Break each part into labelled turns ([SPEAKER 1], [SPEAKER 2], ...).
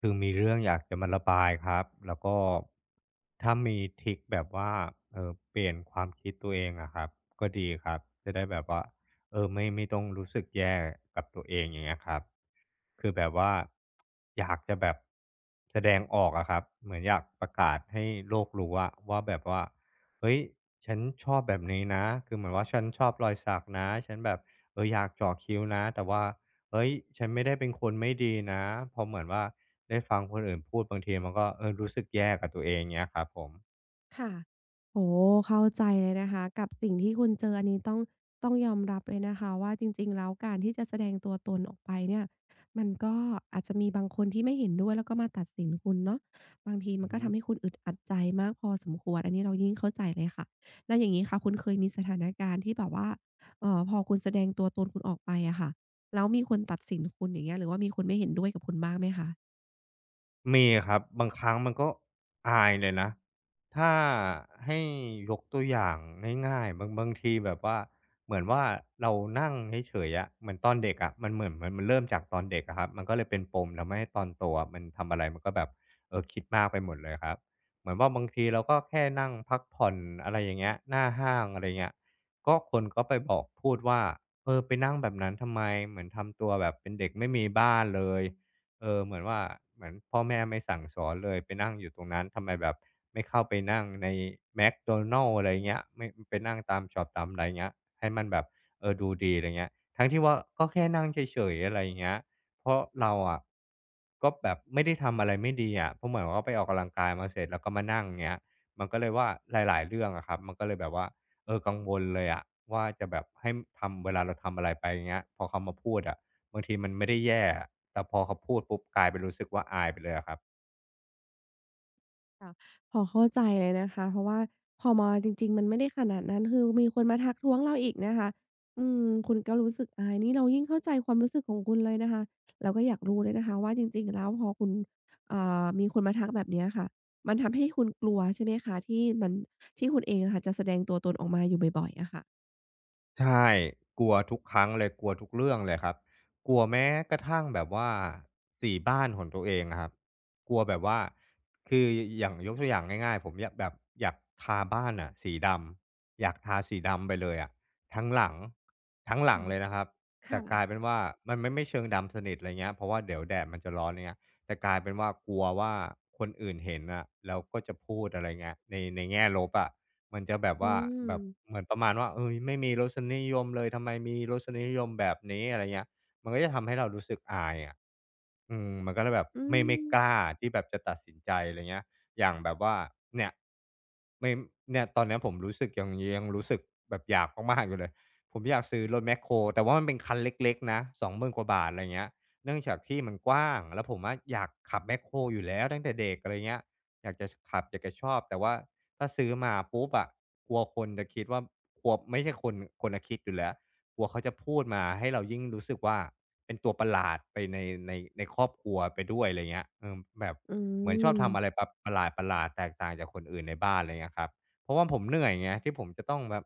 [SPEAKER 1] คือมีเรื่องอยากจะมาระบายครับแล้วก็ถ้ามีทริกแบบว่าเปลี่ยนความคิดตัวเองอะครับก็ดีครับจะได้แบบว่าไม่ต้องรู้สึกแย่กับตัวเองอย่างเงี้ยครับคือแบบว่าอยากจะแบบแสดงออกอะครับเหมือนอยากประกาศให้โลกรู้อะว่าแบบว่าเฮ้ยฉันชอบแบบนี้นะคือเหมือนว่าฉันชอบรอยสักนะฉันแบบอยากเจาะคิ้วนะแต่ว่าเฮ้ยฉันไม่ได้เป็นคนไม่ดีนะเหมือนว่า ได้ฟังคนอื่นพูดบางทีมันก็รู้สึกแย่กับตัวเองเนี้ยครับผม
[SPEAKER 2] ค่ะโอ้โฮเข้าใจเลยนะคะกับสิ่งที่คุณเจออันนี้ต้องยอมรับเลยนะคะว่าจริงๆแล้วการที่จะแสดงตัวตนออกไปเนี่ยมันก็อาจจะมีบางคนที่ไม่เห็นด้วยแล้วก็มาตัดสินคุณเนาะบางที
[SPEAKER 1] อื
[SPEAKER 2] มัน
[SPEAKER 1] อ
[SPEAKER 2] ก็
[SPEAKER 1] ฮึ
[SPEAKER 2] ทำให้คุณอึดอัดใจมากพอสมควรอันนี้เรายิ่งเข้าใจเลยค่ะแล้วอย่างงี้ค่ะคุณเคยมีสถานการณ์ที่แบบว่าพอคุณแสดงตัวตนคุณออกไปอะค่ะแล้วมีคนตัดสินคุณอย่างเงี้ยหรือว่ามีคนไม่เห็นด้วยกับคุณบ้างไหมคะ
[SPEAKER 1] มีครับบางครั้งมันก็อายเลยนะถ้าให้ยกตัวอย่างง่ายๆบางทีแบบว่าเหมือนว่าเรานั่งเฉยๆอะเหมือนตอนเด็กอะมันเหมือนมันเริ่มจากตอนเด็กอะครับมันก็เลยเป็นปมทำให้ตอนโตอะมันทำอะไรมันก็แบบคิดมากไปหมดเลยครับเหมือนว่าบางทีเราก็แค่นั่งพักผ่อนอะไรอย่างเงี้ยหน้าห้างอะไรเงี้ยก็คนก็ไปบอกพูดว่าไปนั่งแบบนั้นทำไมเหมือนทำตัวแบบเป็นเด็กไม่มีบ้านเลย เหมือนว่าเหมือนพ่อแม่ไม่สั่งสอนเลยไปนั่งอยู่ตรงนั้นทำไมแบบไม่เข้าไปนั่งในแม็กโดนัลอะไรเงี้ยไม่ไปนั่งตามช็อปตามอะไรเงี้ยให้มันแบบดูดีอะไรเงี้ยทั้งที่ว่าก็แค่นั่งเฉยๆอะไรเงี้ยเพราะเราอะก็แบบไม่ได้ทำอะไรไม่ดีอะเพราะเหมือนว่าไปออกกำลังกายมาเสร็จแล้วก็มานั่งเงี้ยมันก็เลยว่าหลายๆเรื่องอะครับมันก็เลยแบบว่ากังวลเลยอะว่าจะแบบให้ทำเวลาเราทำอะไรไปอย่างเงี้ยพอเขามาพูดอะบางทีมันไม่ได้แย่ แต่พอเขาพูดปุ๊บกลายเป็นรู้สึกว่าอายไปเลยอะครับ
[SPEAKER 2] ค่ะพอเข้าใจเลยนะคะเพราะว่าพอมาจริงๆมันไม่ได้ขนาดนั้นคือมีคนมาทักท้วงเราอีกนะคะอืมคุณก็รู้สึกอายนี่เรายิ่งเข้าใจความรู้สึกของคุณเลยนะคะเราก็อยากรู้เลยนะคะว่าจริงๆแล้วพอคุณมีคนมาทักแบบเนี้ยค่ะมันทำให้คุณกลัวใช่ไหมคะที่มันที่คุณเองอะค่ะจะแสดงตัวตนออกมาอยู่บ่อยๆอะค่ะ
[SPEAKER 1] ใช่กลัวทุกครั้งเลยกลัวทุกเรื่องเลยครับกลัวแม้กระทั่งแบบว่าสีบ้านของตัวเองอะครับกลัวแบบว่าคืออย่างยกตัวอย่างง่ายๆผมอยากแบบอยากทาบ้านน่ะสีดำอยากทาสีดำไปเลยอะทั้งหลังทั้งหลั
[SPEAKER 2] ค่ะ
[SPEAKER 1] งเลยนะครับแต่
[SPEAKER 2] ค่ะ
[SPEAKER 1] กลายเป็นว่ามันไม่เชิงดำสนิทอะไรเงี้ยเพราะว่าเดี๋ยวแดดมันจะร้อนไรเงี้ยแต่กลายเป็นว่ากลัวว่าคนอื่นเห็นน่ะแล้วก็จะพูดอะไรเงี้ยในแง่ลบอะ มันจะแบบ
[SPEAKER 2] อื
[SPEAKER 1] ว่า
[SPEAKER 2] ม
[SPEAKER 1] แบบเหมือนประมาณว่าเอ้ยไม่มีรสนิยมเลยทำไมมีรสนิยมแบบนี้อะไรเงี้ยมันก็จะทำให้เรารู้สึกอายอะอืมมันก็เลยแบบ
[SPEAKER 2] อื
[SPEAKER 1] ไม่
[SPEAKER 2] ม
[SPEAKER 1] กล้าที่แบบจะตัดสินใจอะไรเงี้ยอย่างแบบว่าเนี่ยไม่เนี่ยตอนเนี้ยผมรู้สึกยังรู้สึกแบบอยากมากๆอยู่เลยผมอยากซื้อรถแมคโครแต่ว่ามันเป็นคันเล็กๆนะ2,000นกว่าบาทอะไรเงี้ยเนื่องจากที่มันกว้างแล้วผมอะอยากขับแมคโครอยู่แล้วตั้งแต่เด็กอะไรเงี้ย อยากจะขับอยากจะชอบแต่ว่าถ้าซื้อมาปุ๊บอะกลัวคนจะคิดว่ากลัวไม่ใช่คนคนน่ะคิดอยู่แล้วกลัวเขาจะพูดมาให้เรายิ่งรู้สึกว่าเป็นตัวประหลาดไปในในครอบครัวไปด้วยอะไรเงี้ยแบบ
[SPEAKER 2] อื
[SPEAKER 1] เหมือนชอบทำอะไร
[SPEAKER 2] ม
[SPEAKER 1] แบบประหลาดๆแตกต่างจากคนอื่นในบ้านอะไรเงี้ยครับเพราะว่าผมเหนื่อยไงที่ผมจะต้องแบบ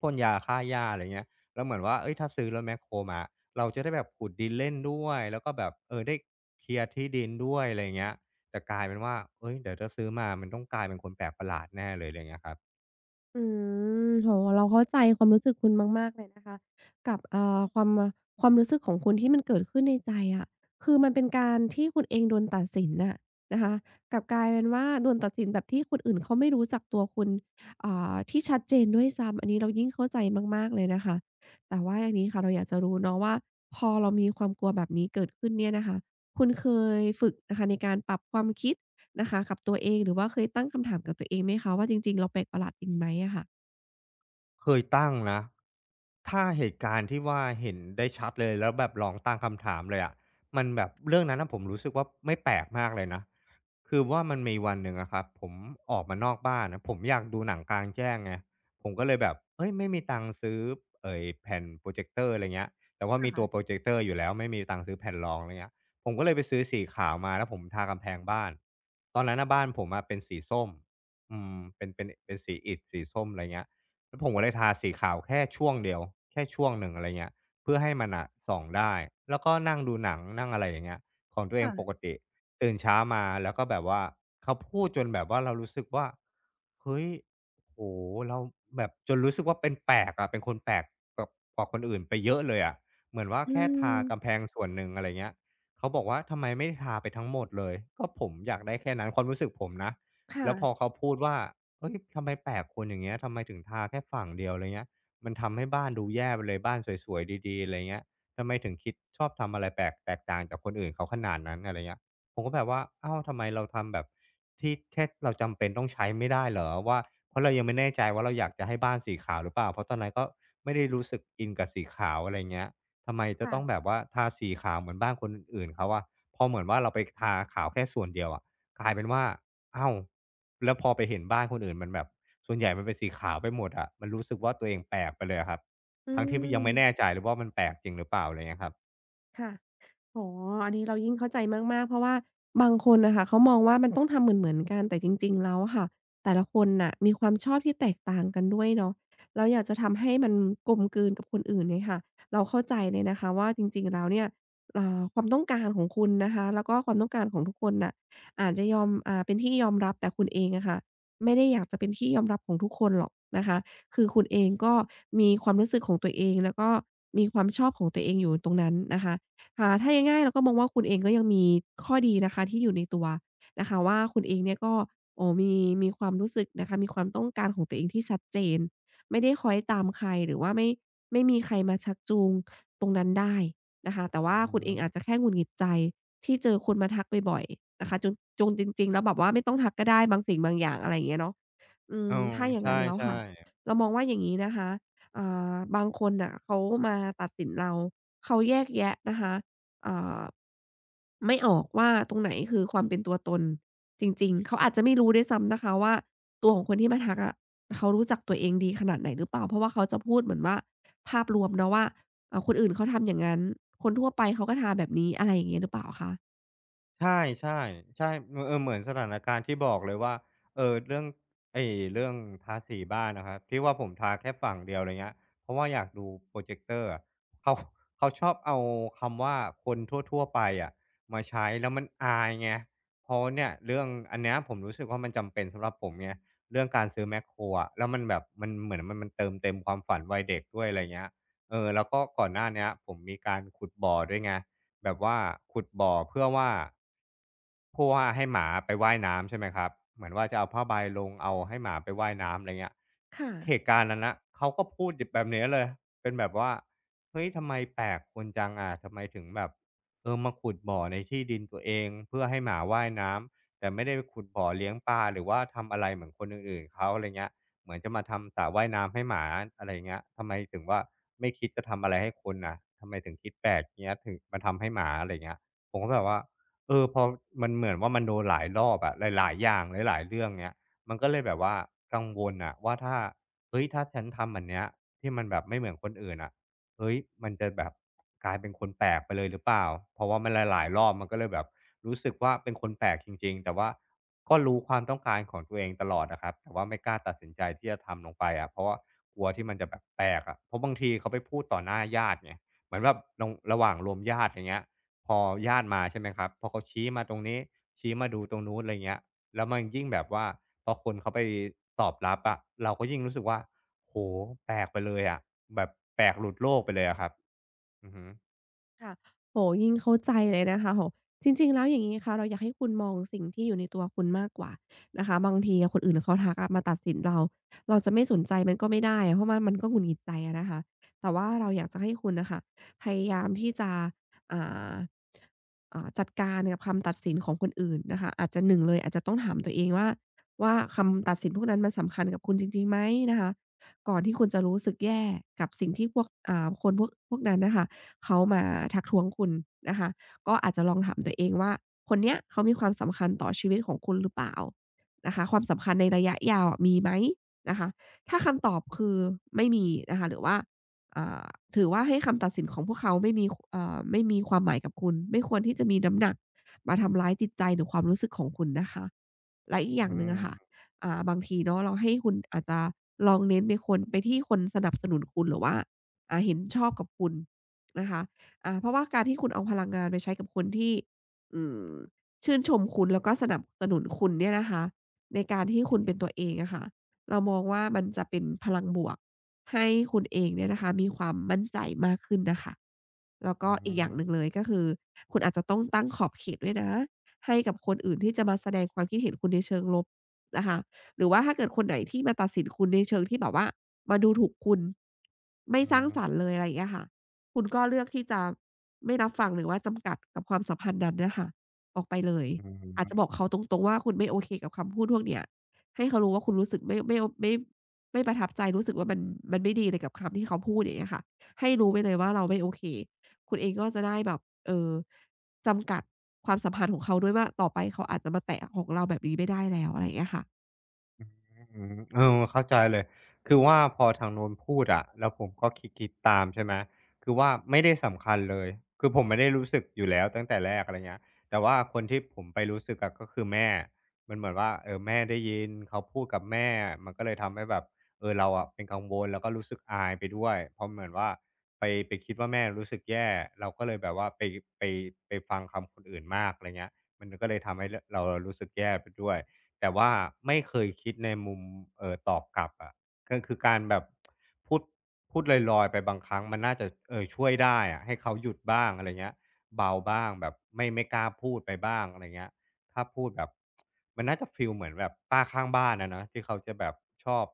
[SPEAKER 1] พ่นยาฆ่าหญ้าอะไรเงี้ยแล้วเหมือนว่าเฮ้ยถ้าซื้อรถแมคโครมาเราจะได้แบบขุดดินเล่นด้วยแล้วก็แบบได้เคลียร์ที่ดินด้วยอะไรเงี้ย แต่กลายเป็นว่า เฮ้ยเดี๋ยวถ้าซื้อมา มันต้องกลายเป็นคนแปลกประหลาดแน่เลยอะไรเงี้ยครับ
[SPEAKER 2] อืมโอ้โฮเราเข้าใจความรู้สึกคุณมากๆเลยนะคะกับความรู้สึกของคุณที่มันเกิดขึ้นในใจอะคือมันเป็นการที่คุณเองโดนตัดสินน่ะนะคะกลับกลายเป็นว่าโดนตัดสินแบบที่คนอื่นเขาไม่รู้จักตัวคุณที่ชัดเจนด้วยซ้ำอันนี้เรายิ่งเข้าใจมากๆเลยนะคะแต่ว่าอย่างนี้ค่ะเราอยากจะรู้เนาะว่าพอเรามีความกลัวแบบนี้เกิดขึ้นเนี่ยนะคะคุณเคยฝึกนะคะในการปรับความคิด นะคะกับตัวเองหรือว่าเคยตั้งคำถามกับตัวเองไหมคะว่าจริงๆเราแปลกประหลาดจริงไหมอะค่ะ
[SPEAKER 1] เคยตั้งนะถ้าเหตุการณ์ที่ว่าเห็นได้ชัดเลยแล้วแบบลองตั้งคำถามเลยอะมันแบบเรื่องนั้นน่ะผมรู้สึกว่าไม่แปลกมากเลยนะคือว่ามันมีวันหนึ่งอะครับผมออกมานอกบ้านนะผมอยากดูหนังกลางแจ้งไงผมก็เลยแบบเฮ้ยไม่มีตังค์ซื้อไอ้แผ่นพรอเจกเตอร์อะไรเงี้ยแต่ว่ามีตัวพรอเจกเตอร์อยู่แล้วไม่มีตังค์ซื้อแผ่นรองอะไรเงี้ยผมก็เลยไปซื้อสีขาวมาแล้วผมทากำแพงบ้านตอนนั้นน่ะบ้านผมอะเป็นสีส้มอืมเป็นสีอิฐสีส้มอะไรเงี้ย แล้วผมก็เลยทาสีขาวแค่ช่วงเดียวแค่ช่วงหนึ่งอะไรเงี้ยเพื่อให้มันน่ะส่องได้แล้วก็นั่งดูหนังนั่งอะไรอย่างเงี้ยของตัวเอง
[SPEAKER 2] ค่ะ
[SPEAKER 1] ปกติตื่นเช้ามาแล้วก็แบบว่าเขาพูดจนแบบว่าเรารู้สึกว่าเฮ้ยโอ้โฮเราแบบจนรู้สึกว่าเป็นแปลกอะเป็นคนแปลกกว่ากว่าคนอื่นไปเยอะเลยอะเหมือนว่า
[SPEAKER 2] อื
[SPEAKER 1] แค่ทา
[SPEAKER 2] ม
[SPEAKER 1] กำแพงส่วนหนึ่งอะไรเงี้ยเขาบอกว่าทำไมไม่ทาไปทั้งหมดเลยก็ผมอยากได้แค่นั้นความรู้สึกผมนะแล้วพอ
[SPEAKER 2] ค่ะ
[SPEAKER 1] เขาพูดว่า เอ้ยทำไมแปลกคุณอย่างเงี้ยทำไมถึงทาแค่ฝั่งเดียวอะไรเงี้ยมันทำให้บ้านดูแย่ไปเลยบ้านสวยๆดีๆอะไรเงี้ยทำไมถึงคิดชอบทำอะไรแปลกแตกต่างจากคนอื่นเขาขนาดนั้นอะไรเงี้ยผมก็แบบว่าอ้าวทำไมเราทำแบบที่แค่เราจำเป็นต้องใช้ไม่ได้เหรอว่าเพราะเรายังไม่แน่ใจว่าเราอยากจะให้บ้านสีขาวหรือเปล่าเพราะตอนนั้นก็ไม่ได้รู้สึกอินกับสีขาวอะไรเงี้ยทำไมจะต้องแบบว่าทาสีขาวเหมือนบ้านคนอื่นๆเขาอะพอเหมือนว่าเราไปทาขาวแค่ส่วนเดียวอะ กลายเป็นว่าอ้าวแล้วพอไปเห็นบ้านคนอื่นมันแบบ ส่วนใหญ่มันเป็นสีขาวไปหมดอะมันรู้สึกว่าตัวเองแปลกไปเลยอะครับ
[SPEAKER 2] อื
[SPEAKER 1] ทั้งที่ยังไม่แน่
[SPEAKER 2] ม
[SPEAKER 1] ใจเลยว่ามันแปลกจริงหรือเปล่าอะไรเงี้ยครับ
[SPEAKER 2] ค่ะอ๋ออันนี้เรายิ่งเข้าใจมากๆเพราะว่าบางคนน่ะค่ะเขามองว่ามันต้องทำเหมือนๆกันแต่จริงๆแล้วอะค่ะแต่ละคนน่ะมีความชอบที่แตกต่างกันด้วยเนาะแล้วอยากจะทำให้มันกลมกลืนกับคนอื่นเนี่ยค่ะเราเข้าใจเลยนะคะว่าจริงๆแล้วเนี่ยความต้องการของคุณนะคะแล้วก็ความต้องการของทุกคนน่ะอาจจะยอมเป็นที่ยอมรับแต่คุณเองอะค่ะไม่ได้อยากจะเป็นที่ยอมรับของทุกคนหรอกนะคะคือคุณเองก็มีความรู้สึกของตัวเองแล้วก็มีความชอบของตัวเองอยู่ตรงนั้นนะคะ ค่ะถ้าง่ายๆเราก็มองว่าคุณเองก็ยังมีข้อดีนะคะที่อยู่ในตัวนะคะว่าคุณเองเนี่ยก็โอ้มีความรู้สึกนะคะมีความต้องการของตัวเองที่ชัดเจนไม่ได้คล้อยตามใครหรือว่าไม่มีใครมาชักจูงตรงนั้นได้นะคะแต่
[SPEAKER 1] อื
[SPEAKER 2] ว่า
[SPEAKER 1] อฮ
[SPEAKER 2] คุณเอ
[SPEAKER 1] ึ
[SPEAKER 2] งอาจจะแค่หงุดหงิดใจที่เจอคนมาทักบ่อยๆนะคะจนจริงๆแล้วแบบว่าไม่ต้องทักก็ได้บางสิ่งบางอย่างอะไรอย่างเงี้ยเนาะ อื
[SPEAKER 1] เอ
[SPEAKER 2] ม
[SPEAKER 1] อ
[SPEAKER 2] ถ้าอย่า
[SPEAKER 1] ใช
[SPEAKER 2] งงั้นแล้ว
[SPEAKER 1] ่
[SPEAKER 2] ค่ะ
[SPEAKER 1] ๆ
[SPEAKER 2] เรามองว่าอย่างงี้นะคะอ่บางคนน่ะเขามาตัดสินเราเขาแยกแยะนะคะอ่าไม่ออกว่าตรงไหนคือความเป็นตัวตนจริงๆเขาอาจจะไม่รู้ด้วยซ้ำนะคะว่าตัวของคนที่มาทักอะเขารู้จักตัวเองดีขนาดไหนหรือเปล่าเพราะว่าเขาจะพูดเหมือนว่าภาพรวมเนาะว่าคนอื่นเขาทำอย่างงั้นคนทั่วไปเขาก็ทาแบบนี้อะไรอย่างงี้หรือเปล่าคะ
[SPEAKER 1] ใช่ๆใช่เออเออเหมือนสถานการณ์ที่บอกเลยว่าเรื่องไอ้เรื่องทาสีบ้านอะครับที่ว่าผมทาแค่ฝั่งเดียวอะไรเงี้ยเพราะว่าอยากดูพรอเจกเตอร์อะเขาเขาชอบเอาคำว่าคนทั่วๆไปอะมาใช้แล้วมันอายไงเพราะเนี่ยเรื่องอันเนี้ยผมรู้สึกว่ามันจำเป็นสำหรับผมไงเรื่องการซื้อแมคโครอะแล้วมันแบบมันเหมือนมันเติมเต็มความฝันวัยเด็กด้วยอะไรเงี้ยเออแล้วก็ก่อนหน้าเนี้ยผมมีการขุดบ่อด้วยไง แบบว่าขุดบ่อเพื่อว่าให้หมาไปว่ายน้ำใช่ไหมครับเหมือนว่าจะเอาผ้าใบลงเอาให้หมาไปว่ายน้ำอะไรเงี้ย
[SPEAKER 2] ค่ะ
[SPEAKER 1] เหตุการณ์นั้นน่ะเขาก็พูดดิบแบบเนี้ยเลยเป็นแบบว่าเฮ้ยทำไมแปลกคุณจังอะทำไมถึงแบบเออมาขุดบ่อในที่ดินตัวเองเพื่อให้หมาว่ายน้ำแต่ไม่ได้ไปขุดบ่อเลี้ยงปลาหรือว่าทำอะไรเหมือนคนอื่นๆเขาอะไรเงี้ย เหมือนจะมาทำสระว่ายน้ำให้หมาอะไรอย่างเงี้ยทำไมถึงว่าไม่คิดจะทำอะไรให้คนน่ะทำไมถึงคิดแปลกเงี้ยถึงมาทำให้หมาอะไรอย่างเงี้ยผมก็แบบว่าเออพอมันเหมือนว่ามันโดนหลายรอบอะหลายๆอย่างหลายๆเรื่องเงี้ยมันก็เลยแบบว่ากังวลน่ะว่าถ้าเฮ้ยถ้าฉันทำแบบเนี้ยที่มันแบบไม่เหมือนคนอื่นอะ เฮ้ยมันจะแบบกลายเป็นคนแปลกไปเลยหรือเปล่าเพราะว่ามันหลายๆรอบมันก็เลยแบบรู้สึกว่าเป็นคนแปลกจริงๆแต่ว่าก็รู้ความต้องการของตัวเองตลอดนะครับแต่ว่าไม่กล้าตัดสินใจที่จะทำลงไปอะเพราะว่ากลัวที่มันจะแบบแปลกอะเพราะบางทีเขาไปพูดต่อหน้าญาติไงเหมือนแบบลงระหว่างรวมญาติอย่างเงี้ยพอญาติมาใช่ไหมครับ พอเขาชี้มาตรงนี้ชี้มาดูตรงนู้นอะไรเงี้ยแล้วมันยิ่งแบบว่าพอคนเขาไปตอบรับอะเราก็ยิ่งรู้สึกว่า โอ้โฮแปลกไปเลยอะแบบแปลกหลุดโลกไปเลยอะครับอือฮึ
[SPEAKER 2] ค่ะโอ้โฮยิ่งเข้าใจเลยนะคะโอ้โฮจริงๆแล้วอย่างงี้ค่ะเราอยากให้คุณมองสิ่งที่อยู่ในตัวคุณมากกว่านะคะบางทีอะคนอื่นเขาทักอะมาตัดสินเราเราจะไม่สนใจมันก็ไม่ได้อะเพราะว่ามันก็หงุดหงิดใจอะนะคะแต่ว่าเราอยากจะให้คุณน่ะค่ะพยายามที่จะอ่าจัดการกับคำตัดสินของคนอื่นนะคะอาจจะหนึ่งเลยอาจจะต้องถามตัวเองว่าคำตัดสินพวกนั้นมันสำคัญกับคุณจริงๆไหมนะคะก่อนที่คุณจะรู้สึกแย่กับสิ่งที่พวกคนพวกนั้นน่ะค่ะ เขามาทักท้วงคุณนะคะก็อาจจะลองถามตัวเองว่าคนเนี้ยเขามีความสำคัญต่อชีวิตของคุณหรือเปล่านะคะความสำคัญในระยะยาวอะมีไหมนะคะถ้าคำตอบคือไม่มีนะคะหรือว่าอ่าถือว่าให้คำตัดสินของพวกเขาไม่มีไม่มีความหมายกับคุณไม่ควรที่จะมีน้ำหนักมาทำร้ายจิตใจหรือความรู้สึกของคุณนะคะและอีกอย่า
[SPEAKER 1] อื
[SPEAKER 2] งหนึ่งอะค่ะ
[SPEAKER 1] ม
[SPEAKER 2] บางทีเนาะเราให้คุณอาจจะลองเน้นไปคนไปที่คนสนับสนุนคุณหรือว่าเห็นชอบกับคุณ นะคะเพราะว่าการที่คุณเอาพลังงานไปใช้กับคนที่อืมชื่นชมคุณแล้วก็สนับสนุนคุณเนี่ยนะคะในการที่คุณเป็นตัวเองอะค่ะเรามองว่ามันจะเป็นพลังบวกให้คุณเองเนี่ยนะคะมีความมั่นใจมากขึ้นน่ะค่ะแล้ว
[SPEAKER 1] อื
[SPEAKER 2] ก็อีกอย่างหนึ่ง
[SPEAKER 1] ม
[SPEAKER 2] เลยก็คือคุณอาจจะต้องตั้งขอบเขตด้วยนะให้กับคนอื่นที่จะมาแสดงความคิดเห็นคุณในเชิงลบนะคะหรือว่าถ้าเกิดคนไหนที่มาตัดสินคุณในเชิงที่แบบว่ามาดูถูกคุณไม่
[SPEAKER 1] อือ
[SPEAKER 2] สร้าง
[SPEAKER 1] ฮึ
[SPEAKER 2] สรรค์เลยอะไรอย่างเงี้ยค่ะ คุณก็เลือกที่จะไม่รับฟังหรือว่าจำกัดกับความสัมพันธ์นั้นเนี่ยค่ะออกไปเลย
[SPEAKER 1] อือ
[SPEAKER 2] อาจ
[SPEAKER 1] ฮึ
[SPEAKER 2] จะบอกเขาตรงๆว่าคุณไม่โอเคกับคำพูดพวกเนี้ยให้เขารู้ว่าคุณรู้สึกไม่ประทับใจรู้สึกว่ามันไม่ดีเลยกับคำที่เขาพูดอย่างเงี้ยค่ะให้รู้ไว้เลยว่าเราไม่โอเคคุณเองก็จะได้แบบเอ่อจำกัดความสัมพันธ์ของเขาด้วยว่าต่อไปเขาอาจจะมาแตะของเราแบบนี้ไม่ได้แล้วอะไรอย่างเงี้ยค่ะ
[SPEAKER 1] อืมเออเข้าใจเลยคือว่าพอทางโน้นพูดอะแล้วผมก็คิดๆตามใช่ไหมคือว่าไม่ได้สำคัญเลยคือผมไม่ได้รู้สึกอยู่แล้วตั้งแต่แรกอะไรเงี้ยแต่ว่าคนที่ผมไปรู้สึกอะก็คือแม่มันเหมือนว่าเออแม่ได้ยินเขาพูดกับแม่มันก็เลยทำให้แบบเออเราอะเป็นกังวลแล้วก็รู้สึกอายไปด้วยเพราะเหมือนว่าไปไปคิดว่าแม่รู้สึกแย่เราก็เลยแบบว่าไปไปไปฟังคำคนอื่นมากอะไรเงี้ยมันก็เลยทำให้เรารู้สึกแย่ไปด้วย แต่ว่าไม่เคยคิดในมุมตอบกลับอะก็คือการแบบพูดพูดลอยๆไปบางครั้งมันน่าจะช่วยได้อะให้เขาหยุดบ้างอะไรเงี้ยเบาบ้างแบบไม่กล้าพูดไปบ้างอะไรเงี้ยถ้าพูดแบบมันน่าจะฟีลเหมือนแบบป้าข้างบ้านอะเนาะที่เขาจะแบบชอบ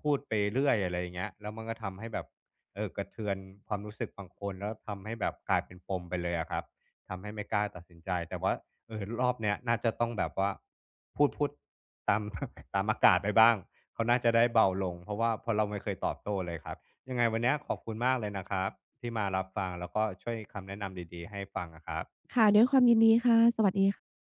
[SPEAKER 1] พูดไปเรื่อยอะไรอย่างเงี้ยแล้วมันก็ทำให้แบบกระเทือนความรู้สึกบางคนแล้วทำให้แบบกลายเป็นปมไปเลยอะครับทำให้ไม่กล้าตัดสินใจแต่ว่า เออรอบเนี้ยน่าจะต้องแบบว่าพูดตาม ตามอากาศไปบ้างเขาน่าจะได้เบาลงเพราะว่าเพราะเราไม่เคยตอบโต้เลยครับยังไงวันเนี้ยขอบคุณมากเลยนะครับที่มารับฟังแล้วก็ช่วยคำแนะนำดีๆให้ฟังอะครับ
[SPEAKER 2] ค่ะด้วยความยินดีค่ะสวัสดีค่ะ